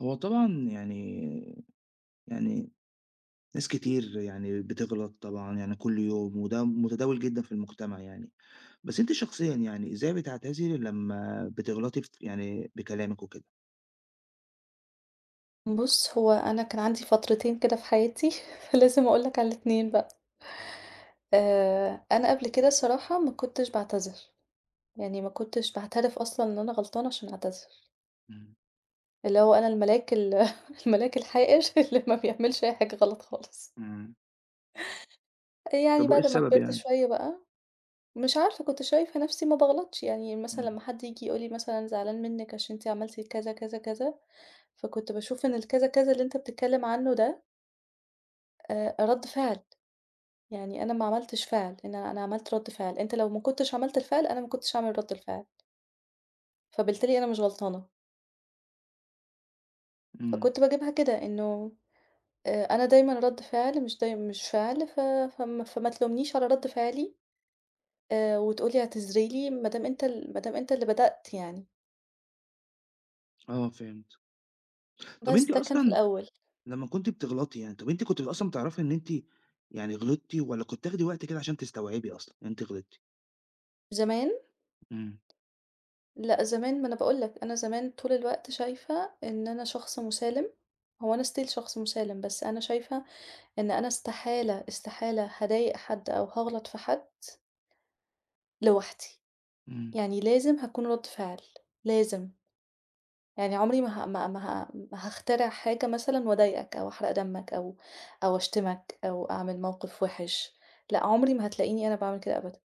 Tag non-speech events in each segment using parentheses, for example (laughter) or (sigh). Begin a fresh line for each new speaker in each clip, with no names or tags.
هو طبعًا يعني يعني ناس كتير يعني بتغلط طبعًا يعني كل يوم، وده متداول جدًا في المجتمع يعني، بس أنتِ شخصيًا يعني إزاي بتعتذري لمّا بتغلطي يعني بكلامِك وكده؟
بُص، هو أنا كان عندي فترتين كده في حياتي، (laughs) فلازم أقول لك على الاتنين بقى. أنا قبل كده الصراحة ما كنتش باعتذر، يعني ما كنتش باعترف أصلًا إن أنا غلطانة عشان أعتذر،
إمم،
اللي هو أنا الملاك (laughs) الملاك الحائر (laughs) اللي ما بيعملش أي حاجة غلط خالص.
إمم.
يعني
طب وإيه
بعد ما
السبب
كبرت
يعني؟
شوية بقى، مش عارفة كنت شايفة نفسي ما باغلطش، يعني مثلًا
إمم،
لمّا حد ييجي يقول لي مثلًا زعلان منِّك عشان أنتِ عملتِ كذا، كذا، كذا، فكنت باشوف إن الكذا، كذا اللي أنت بتتكلم عنه ده رَد فعل. يعني أنا ما عملتش فعل، إن أنا عملت رَد فعل، أنت لو ما كنتش عملت الفعل، أنا ما كنتش هاعمل رَد الفعل، فبالتالي أنا مش غلطانة،
إمم،
فكنت باجيبها كده إنه أنا دايمًا رَد فعل مش فعل، ف فم فما تلومنيش على رَد فعلي وتقول لي اعتذري لي ما دام أنت ال ما دام أنت اللي بدأت يعني،
آه فهمت. طب
بس
أنتِ
ده كان في
أصلًا
الأول.
لمّا كنتِ بتغلطي يعني، طب أنتِ كنتِ أصلًا بتعرفي إن أنتِ يعني غلطتِ والّا كنتِ بتاخدي وقت كده عشان تستوعبي أصلًا إن أنتِ غلطتِ؟
زمان
إمم،
لأ، زمان ما أنا باقول لك، أنا زمان طول الوقت شايفة إن أنا شخص مُسالم، هو أنا still شخص مُسالم، بس أنا شايفة إن أنا استحالة، استحالة هاضايق حد أو هاغلط في حد لوحدي،
إمم،
يعني لازم هاكون رد فعل، لازم، يعني عمري ما هاخترع حاجة مثلًا وأضايقك أو أحرق دمك أو أو أشتمك أو أعمل موقف وِحِش، لأ عمري ما هتلاقيني أنا باعمل كده أبدًا،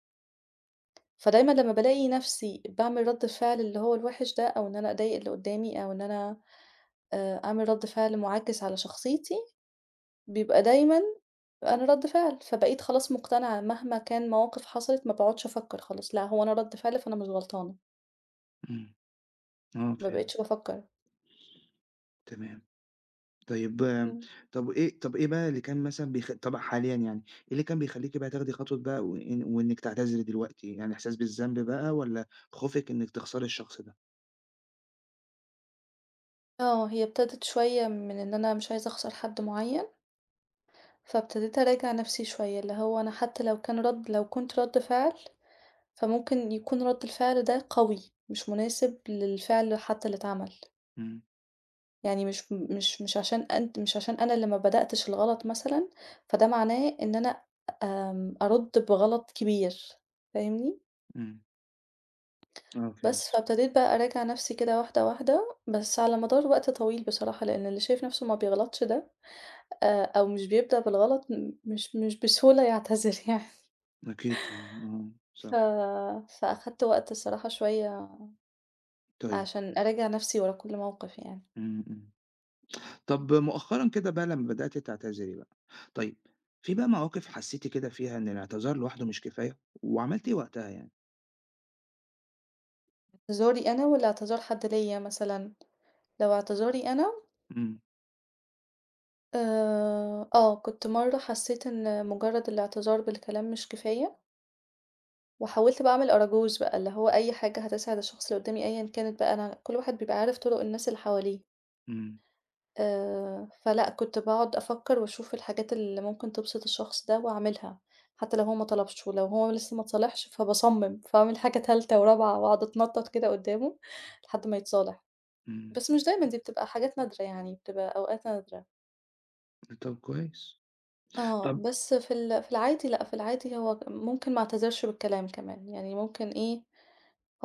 فدايمًا لمّا بالاقي نفسي باعمل رد فعل اللي هو الوِحِش ده أو إن أنا أضايق اللي قدّامي أو إن أنا أعمل رد فعل مُعاكس على شخصيتي، بيبقى دايمًا أنا رد فعل، فبقيت خلاص مقتنعة مهما كان مواقف حصلت ما باقعدش أفكّر خلاص، لأ هو أنا رد فعل فأنا مش غلطانة،
إمم، آه
ما بقيتش
فهمت،
بافكّر.
تمام. طيب
إمم.
طَب إيه بقى اللي كان مثلًا طبعًا حاليًا يعني، إيه اللي كان بيخلّيكِ بقى تاخدي خطوة بقى وإنِّك تعتذري دلوقتي، يعني إحساس بالذنب بقى والّا خوفِك إنِّك تخسري الشخص ده؟
آه، هي ابتدت شوية من إن أنا مش عايزة أخسر حد معيّن، فابتديت أراجع نفسي شوية، اللي هو أنا حتى لو كنت رَد فعل، فممكن يكون رَد الفعل ده قوي، مش مناسب للفعل حتى اللي اتعمل،
إمم،
يعني مش عشان أنت مش عشان أنا اللي ما بدأتش الغلط مثلًا، فده معناه إن أنا أرُد بغلط كبير، فاهمني؟
إمم، آه فهمت،
بس فابتديت بقى أراجع نفسي كده واحدة، واحدة، بس على مدار وقت طويل بصراحة، لإن اللي شايف نفسه ما بيغلطش ده أو مش بيبدأ بالغلط م مش مش بسهولة يعتذر (laughs) يعني
أكيد طبعًا، آه
ف
صح،
فأخدت وقت الصراحة شوية
طيب،
عشان أراجع نفسي ورا كل موقف يعني.
إمم، إمم. طَب مؤخرًا كده بقى لمّا بدأتِ تعتذري بقى، طيب في بقى مواقف حسيتِ كده فيها إن الاعتذار لوحده مش كفاية، وعملتِ إيه وقتها يعني؟
اعتذاري أنا والّا اعتذار حد ليّا مثلًا، لو اعتذاري أنا
إمم،
آه، كنت مرّة حسّيت إن مجرّد الاعتذار بالكلام مش كفاية وحاولت بقى أعمل أراجوز بقى، اللي هو أي حاجة هتسعد الشخص اللي قدّامي أيًا كانت بقى أنا كل واحد بيبقى عارف طُرق الناس اللي حواليه.
إمم،
فلأ كنت باقعد أفكّر وأشوف الحاجات اللي ممكن تبسط الشخص ده وأعملها، حتى لو هو ما طلبش، ولو هو لسه ما اتصالحش فباصمم، فاعمل حاجة تالتة ورابعة وأقعد أتنطط كده قدّامه لحد ما يتصالح،
إمم،
بس مش دايمًا دي بتبقى حاجات نادرة يعني، بتبقى أوقات نادرة.
طَب كويس،
آه،
طَب
بس في في العادي لأ، في العادي هو ممكن ما اعتذرش بالكلام كمان، يعني ممكن إيه،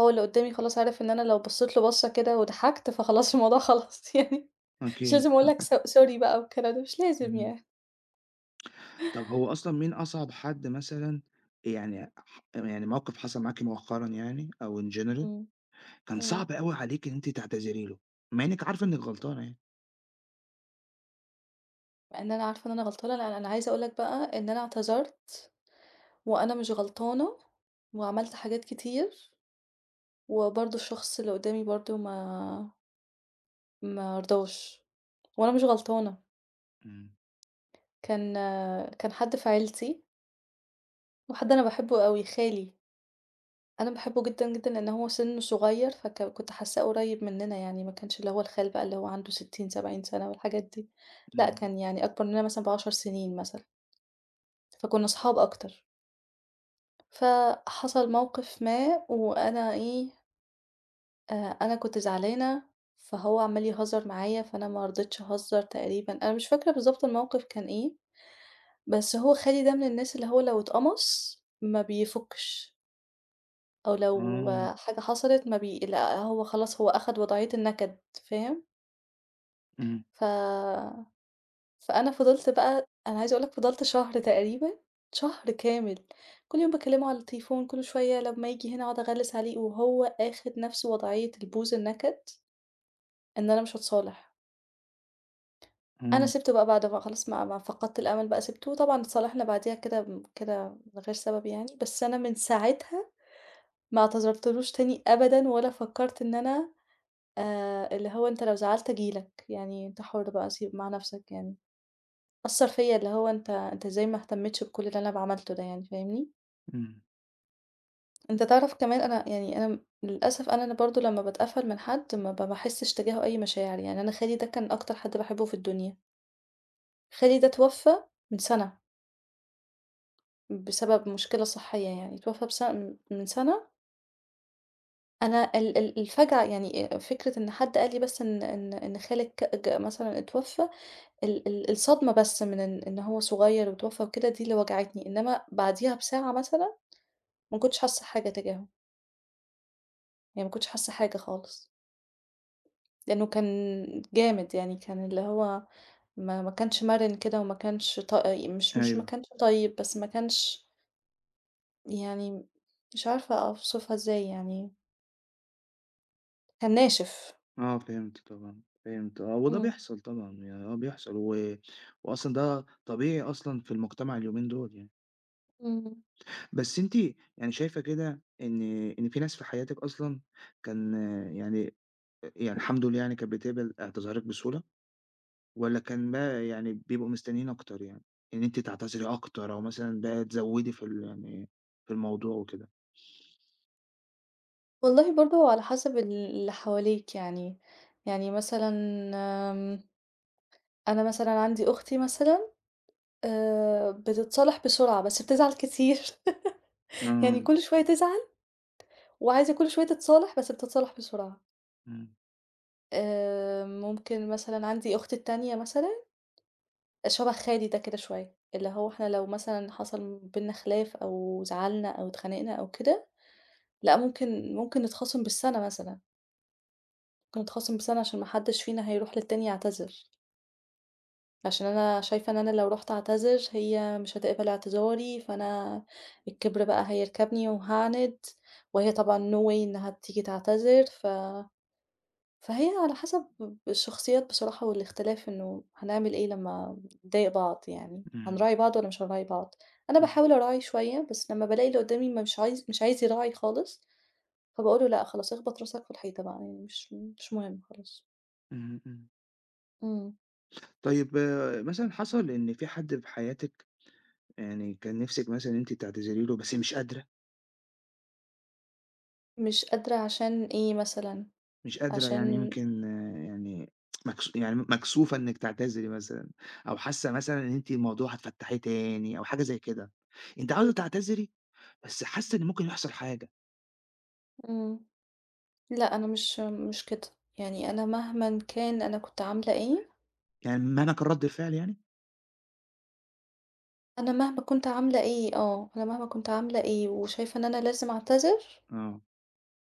هو اللي قدّامي خلاص عرف إن أنا لو بصيت له بصّة كده وضحكت فخلاص الموضوع خلص (laughs) يعني مش لازم
أكيد،
أقول لك
(laughs)
sorry بقى والكلام ده مش لازم
إمم.
يعني.
طب هو أصلًا مين أصعب حد مثلًا يعني يعني موقف حصل معاكِ مؤخرًا يعني أو in general
إمم.
كان
إمم.
صعب أوي عليكِ إن أنتِ تعتذري له، مع إنِّك عارفة إنِّك غلطانة يعني؟
مع إن أنا عارفة إن أنا غلطانة، لأ، أنا عايزة أقول لك بقى إن أنا اعتذرت وأنا مش غلطانة وعملت حاجات كتير، وبرضه الشخص اللي قدّامي برضه ما رضاش وأنا مش غلطانة.
إمم،
كان كان حد في عيلتي وحد أنا باحبه أوي، خالي. أنا باحبه جدًا، جدًا، لإن هو سِنّه صغير، كنت حاسّاه قريّب منّنا يعني، ما كانش اللي هو الخال بقى اللي هو عنده 60، 70 سَنة والحاجات دي، لأ،
إمم،
كان يعني أكبر منّنا مثلًا ب10 سنين مثلًا، فكُنّا صحاب أكتر. فحصل موقف ما وأنا إيه، آآ أنا كنت زعلانة، فهو عمّال يهزّر معايا، فأنا ما رضيتش أهزّر تقريبًا، أنا مش فاكرة بالضبط الموقف كان إيه، بس هو خالي ده من الناس اللي هو لو اتقمص ما بيفُكش، أو لو
آه،
آه، حاجة حصلت ما بي لأ هو خلاص هو أخد وضعية النكد، فاهم؟
إمم،
ف فأنا فضلت بقى أنا عايزة أقول لك فضلت شهر تقريبًا، شهر كامل، كل يوم باكلمه على التليفون، كل شوية لمّا ييجي هنا أقعد أغلس عليه، وهو آخد نفس وضعية البوز النكد، إن أنا مش هاتصالح. أنا
إمم،
سِبته بقى بعد ما خلاص ما فقدت الأمل بقى سِبته، وطبعًا اتصالحنا بعديها كده كده من غير سبب يعني، بس أنا من ساعتها ما اعتذرتلوش تاني أبدًا، ولا فكرت إن أنا اللي هو أنت لو زعلت أجي لك، يعني أنت حُر بقى سيب مع نفسك يعني. أثّر فيّا اللي هو أنت إزاي ما اهتمّتش بكل اللي أنا عملته ده يعني فاهمني؟
إمم،
أنت تعرف كمان أنا يعني أنا للأسف أنا برضه لمّا باتقفّل من حد ما ب باحسّش تجاهه أي مشاعر، يعني أنا خالي ده كان أكتر حد باحبّه في الدنيا، خالي ده اتوفّى من سَنة بسبب مشكلة صحّية يعني، اتوفّى بس من سَنة أنا ال ال الفجعة يعني فكرة إن حد قال لي بس إن إن خالِك ج مثلًا اتوفّى ال ال الصدمة بس من إن هو صغيّر واتوفّى وكده دي اللي وجعتني، إنّما بعديها بساعة مثلًا ما كنتش حاسة حاجة تجاهه، يعني ما كنتش حاسة حاجة خالص، لإنه كان جامد يعني كان اللي هو ما كانش مَرِن كده وما كانش ط مش مش ما
أيوه،
كانش طيب، بس ما كانش يعني مش عارفة أوصفها إزاي يعني، كان ناشف.
آه فهمت طبعًا، فهمت آه، وده
إمم،
بيحصل طبعًا يعني آه بيحصل و وأصلًا ده طبيعي أصلًا في المجتمع اليومين دول يعني،
إمم.
بس أنتِ يعني شايفة كده إن في ناس في حياتِك أصلًا كان يعني يعني الحمد لله يعني كانت بتقبل اعتذارِك بسهولة، والّا كان بقى يعني بيبقوا مستنيين أكتر يعني، إن أنتِ تعتذري أكتر أو مثلًا بقى تزوّدي في ال يعني في الموضوع وكده؟
والله برضه على حسب اللي حواليك يعني، يعني مثلًا آمم، أنا مثلًا عندي أختي مثلًا بتتصالح بسرعة بس بتزعل كتير، (laughs)
آه،
يعني كل شوية تزعل وعايزة كل شوية تتصالح، بس بتتصالح بسرعة.
إمم،
ممكن مثلًا عندي أختي التانية مثلًا شبه خالي ده كده شوية، اللي هو إحنا لو مثلًا حصل بيننا خلاف أو زعلنا أو اتخانقنا أو كده، لأ ممكن نتخاصم بالسَنة مثلًا، ممكن نتخاصم بالسَنة عشان ما حدش فينا هيروح للتاني يعتذر، عشان أنا شايفة إن أنا لو رُحت أعتذر هي مش هتقبل اعتذاري، فأنا الكِبْر بقى هيركبني وهاعند، وهي طبعًا no way إنها تيجي تعتذر فهي على حسب الشخصيات بصراحة والاختلاف إنه هنعمل إيه لمّا نضايق بعض يعني،
إمم،
هنراعي بعض والّا مش هنراعي بعض؟ أنا
إمم،
باحاول أراعي شوية، بس لمّا بالاقي اللي قدّامي ما مش عايز مش عايز يراعي خالص، فباقول له: "لأ خلاص اخبط راسك في الحيطة بقى يعني مش مهم خلاص."
إمم، إمم.
إمم.
طيب آه، مثلًا حصل إن في حد في حياتِك يعني كان نِفْسِك مثلًا إن أنتِ تعتذري له بس مش قادرة،
مش قادرة عشان إيه مثلًا؟
مش قادرة يعني
عشان
يمكن آه، يعني مكسوفة إنِّك تعتذري مثلًا أو حاسة مثلًا إن أنتِ الموضوع هتفتّحيه تاني أو حاجة زي كده، أنتِ عاوزة تعتذري بس حاسة إن ممكن يحصل حاجة،
إمم. لأ أنا مش كده، يعني أنا مهمًا كان أنا كنت عاملة إيه،
يعني معنى كان رد فعل يعني؟
أنا مهما كنت عاملة إيه وشايفة إن أنا لازم أعتذر
آه،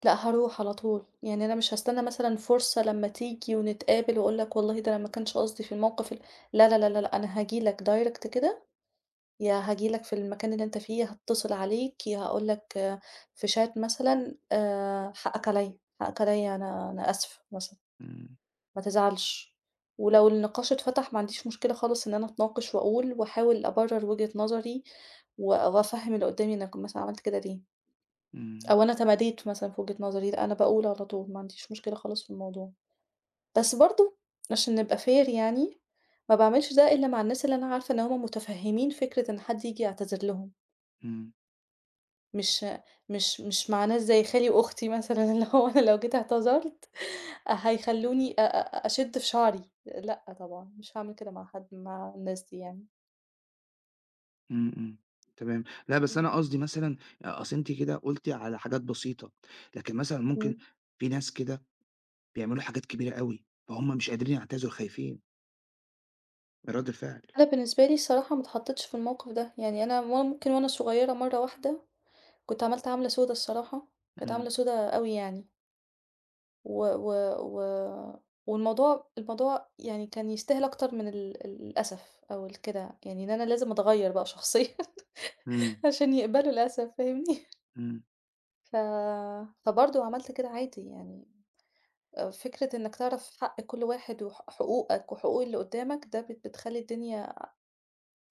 لأ هاروح على طول، يعني أنا مش هاستنى مثلًا فرصة لمّا تيجي ونتقابل وأقول لك والله ده أنا ما كانش قصدي في الموقف ال لا، لا، لا، لا، لأ، أنا هاجي لك direct كده، يا هاجي لك في المكان اللي أنت فيه، هاتصل عليك، يا هاقول لك في chat مثلًا حقك عليَّ، حقك عليَّ أنا آسف مثلًا،
إمم،
ما تزعلش. ولو النقاش اتفتح ما عنديش مشكلة خالص إن أنا أتناقش وأقول، وأحاول أبرر وجهة نظري وأفهم اللي قدامي أنا مثلًا عملت كده ليه.
إمم،
أو أنا تماديت مثلًا في وجهة نظري، لأ أنا باقول على طول، ما عنديش مشكلة خالص في الموضوع. بس برضه عشان نبقى fair يعني، ما باعملش ده إلا مع الناس اللي أنا عارفة إن هُم متفهمين فكرة إن حد ييجي يعتذر لهم،
إمم،
مش مش مع ناس زي خالي وأختي مثلًا، (laughs) اللي هو أنا لو جيت اعتذرت هيخلوني أ أ أشد في شعري، لأ طبعًا مش هاعمل كده مع حد مع الناس دي يعني.
إمم، إمم، تمام، لأ بس
إمم،
أنا قصدي مثلًا أصل أنتِ كده قُلتِ على حاجات بسيطة، لكن مثلًا ممكن
إمم.
في ناس كده بيعملوا حاجات كبيرة أوي، فهُم مش قادرين يعتذروا خايفين من رد الفعل.
أنا بالنسبة لي الصراحة ما اتحطيتش في الموقف ده، يعني أنا ممكن وأنا صغيرة مرة واحدة كنت عملت عَملة سودا الصراحة، كانت عَملة
إمم،
سودا أوي يعني، و و و والموضوع يعني كان يستاهل أكتر من ال ال الأسف أو كده، يعني إن أنا لازم أتغيّر بقى شخصيًا
إمم،
(laughs) عشان يقبلوا الأسف فاهمني؟
إمم،
ف فبرضه عملت كده عادي يعني، فكرة إنك تعرف حق كل واحد وح حقوقك وحقوق اللي قدّامك ده بتخلّي الدنيا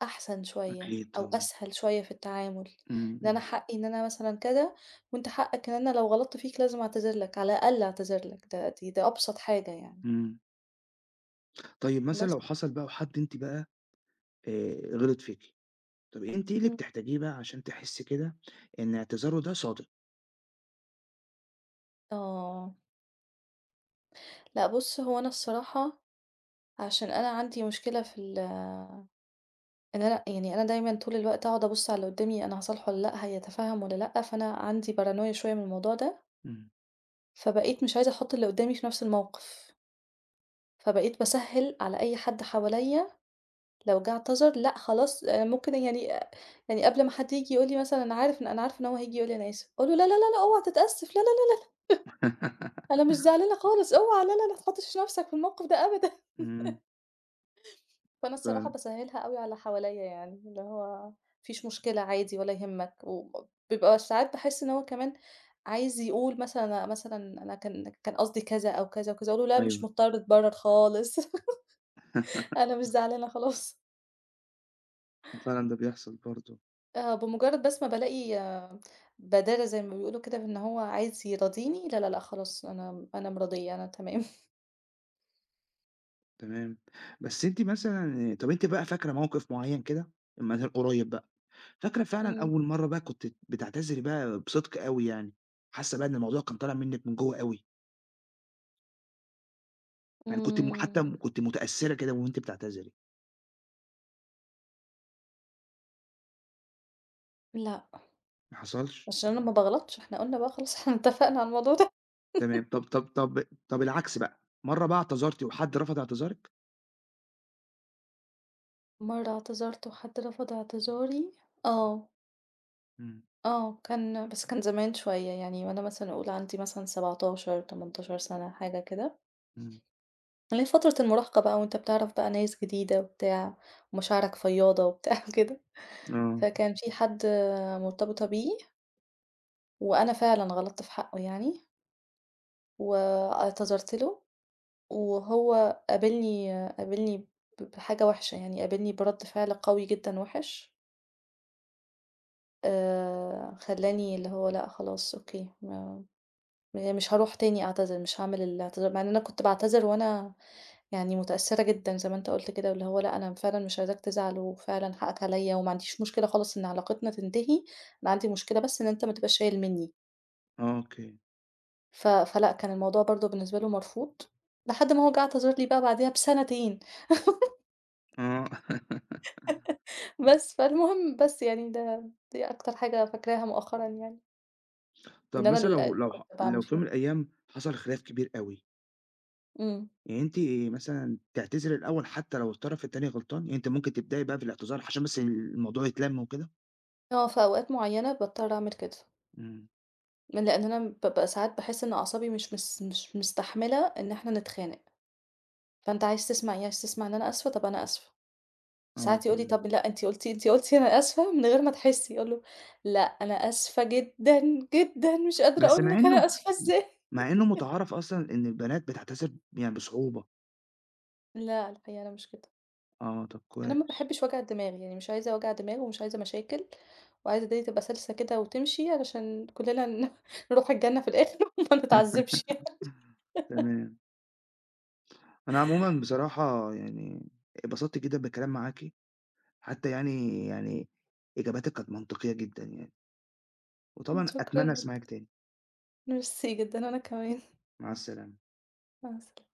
أحسن شوية
أكيد
أو
طبعًا،
أسهل شوية في التعامل،
إمم،
إن أنا
إمم،
حقّي إن أنا مثلًا كذا وأنت حقّك إن أنا لو غلطت فيك لازم أعتذر لك، على الأقل أعتذر لك، ده أبسط حاجة يعني،
إمم، طيب مثلًا
بس.
لو حصل بقى وحد أنتِ بقى غِلط فيكِ، طب أنتِ إيه اللي
إمم.
بتحتاجيه بقى عشان تحسي كده إن اعتذاره ده صادق؟
آه، لأ بُص هو أنا الصراحة عشان أنا عندي مشكلة في إن أنا يعني أنا دايمًا طول الوقت أقعد أبُص على اللي قدّامي أنا هاصالحه والّا لأ، هيتفهّم والّا لأ، فأنا عندي paranoia شوية من الموضوع ده،
إمم.
فبقيت مش عايزة أحُط اللي قدّامي في نفس الموقف، فبقيت باسهّل على أي حد حواليّا لو جه اعتذر لأ خلاص ممكن يعني آه، يعني قبل ما حد ييجي يقول لي مثلًا أنا عارفة إن هو هييجي يقول لي أنا آسف، أقول له: "لا، لا، لا، لا أوعى تتأسف، لا، لا، لأ
(laughs)
أنا مش زعلانة خالص، أوعى لا، لا، لا ما تحطّش نَفْسك في الموقف ده أبدًا." (laughs)
إمم،
فأنا الصراحة
فعلًا،
باسهّلها أوي على اللي حواليّا يعني، اللي هو ما فيش مشكلة عادي ولا يهمك، وبيبقى ساعات باحس إن هو كمان عايز يقول مثلًا أنا كان قصدي كذا أو كذا وكذا، أقول له: "لأ مش
أيوه
مضطر تبرر خالص، (laughs)
(laughs)
أنا مش زعلانة خلاص."
فعلًا ده بيحصل برضه،
آه بمجرد بس ما بالاقي بدالة زي ما بيقولوا كده بإن هو عايز يرضيني، لا، لا، لأ، خلاص أنا مرضيّة أنا تمام.
تمام. بس أنتِ مثلًا طَب أنتِ بقى فاكرة موقف معيّن كده؟ مثلًا قريب بقى، فاكرة فعلًا
إمم،
أول مرّة بقى كنتِ بتعتذري بقى بصدق أوي يعني، حاسة بقى إن الموضوع كان طالع منِّك من جوّه أوي، يعني كنتِ م
إمم،
حتى م كنتِ متأثرة كده وأنتِ بتعتذري،
لأ.
ما حصلش؟
عشان أنا ما باغلطش، إحنا قُلنا بقى خلاص (laughs) إحنا اتفقنا على الموضوع ده.
تمام، طَب العكس بقى، مرّة بقى اعتذرتِ وحد رفض اعتذارِك؟
مرّة اعتذرت وحد رفض اعتذاري آه،
إمم،
آه، كان بس كان زمان شوية يعني وأنا مثلًا أقول عندي مثلًا 17، 18 سَنة حاجة كده،
إمم،
اللي هي فترة المراهقة بقى وأنت بتعرف بقى ناس جديدة وبتاع، ومشاعرك فياضة وبتاع (laughs) وكده،
آه،
فكان في حد مرتبطة بيه وأنا فعلًا غلطت في حقه يعني. واعتذرت له، وهو قابلني بحاجة وِحشة، يعني قابلني برَد فعل قوي جدًا وِحِش، خلّاني اللي هو لأ خلاص أوكي، ما م يعني مش هاروح تاني أعتذر، مش هاعمل الاعتذار مع إن أنا كنت باعتذر وأنا يعني متأثّرة جدًا زي ما أنت قُلت كده، واللي هو لأ أنا فعلًا مش عايزاك تزعل، وفعلًا حقك عليّا، وما عنديش مشكلة خالص إن علاقتنا تنتهي، أنا عندي مشكلة بس إن أنت ما تبقاش شايل منّي.
آه، أوكي،
فلأ، كان الموضوع برضه بالنسبة له مرفوض، لحد ما هو جه اعتذر لي بقى بعديها بسَنتين.
آه. (laughs)
بس، فالمهم بس يعني ده دي أكتر حاجة فاكراها مؤخرًا يعني،
طب
إن أنا
مثلًا لو
اللي
لو ح
كنت باعمل
لو في يوم
فيها.
من الأيام حصل خلاف كبير أوي،
إمم.
يعني أنتِ مثلًا تعتذري الأول حتى لو الطرف التاني غلطان؟ يعني أنتِ ممكن تبدئي بقى بالاعتذار عشان بس الموضوع يتلَم وكده؟
آه، في أوقات معيّنة باضطر أعمل كده،
إمم،
من لإن أنا بابقى ساعات باحس إن أعصابي مش مستحملة إن إحنا نتخانق، فأنت عايز تسمع إيه، عايز تسمع إن أنا آسفة، طَب أنا آسفة.
آه
ساعات يقول لي:
تمام.
"طَب لأ، أنتِ أنتِ قُلتِ أنا آسفة من غير ما تحسّي." أقول له: "لأ، أنا آسفة جدًا، جدًا، مش قادرة
بس
أقول
مع
لك
إنه
أنا آسفة إزاي." (laughs)
مع إنه مُتعارف أصلًا إن البنات بتعتذر يعني بصعوبة.
لا، الحقيقة أنا مش كده.
آه، طب
أنا ما
كويس.
باحبش وجع الدماغ، يعني مش عايزة وجع دماغ ومش عايزة مشاكل، وعايزة الدنيا تبقى سلسة كده وتمشي علشان كلنا (laughs) نروح الجنة في الآخر (laughs) وما نتعذبش يعني.
تمام. أنا عمومًا بصراحة يعني اتبسطت جدًا بالكلام معاكِ، حتى يعني إجاباتِك كانت منطقية جدًا يعني، وطبعًا
شكرًا
أتمنى
جدًا،
أسمعِك تاني.
ميرسي جدًا وأنا كمان،
مع السلامة.
مع السلا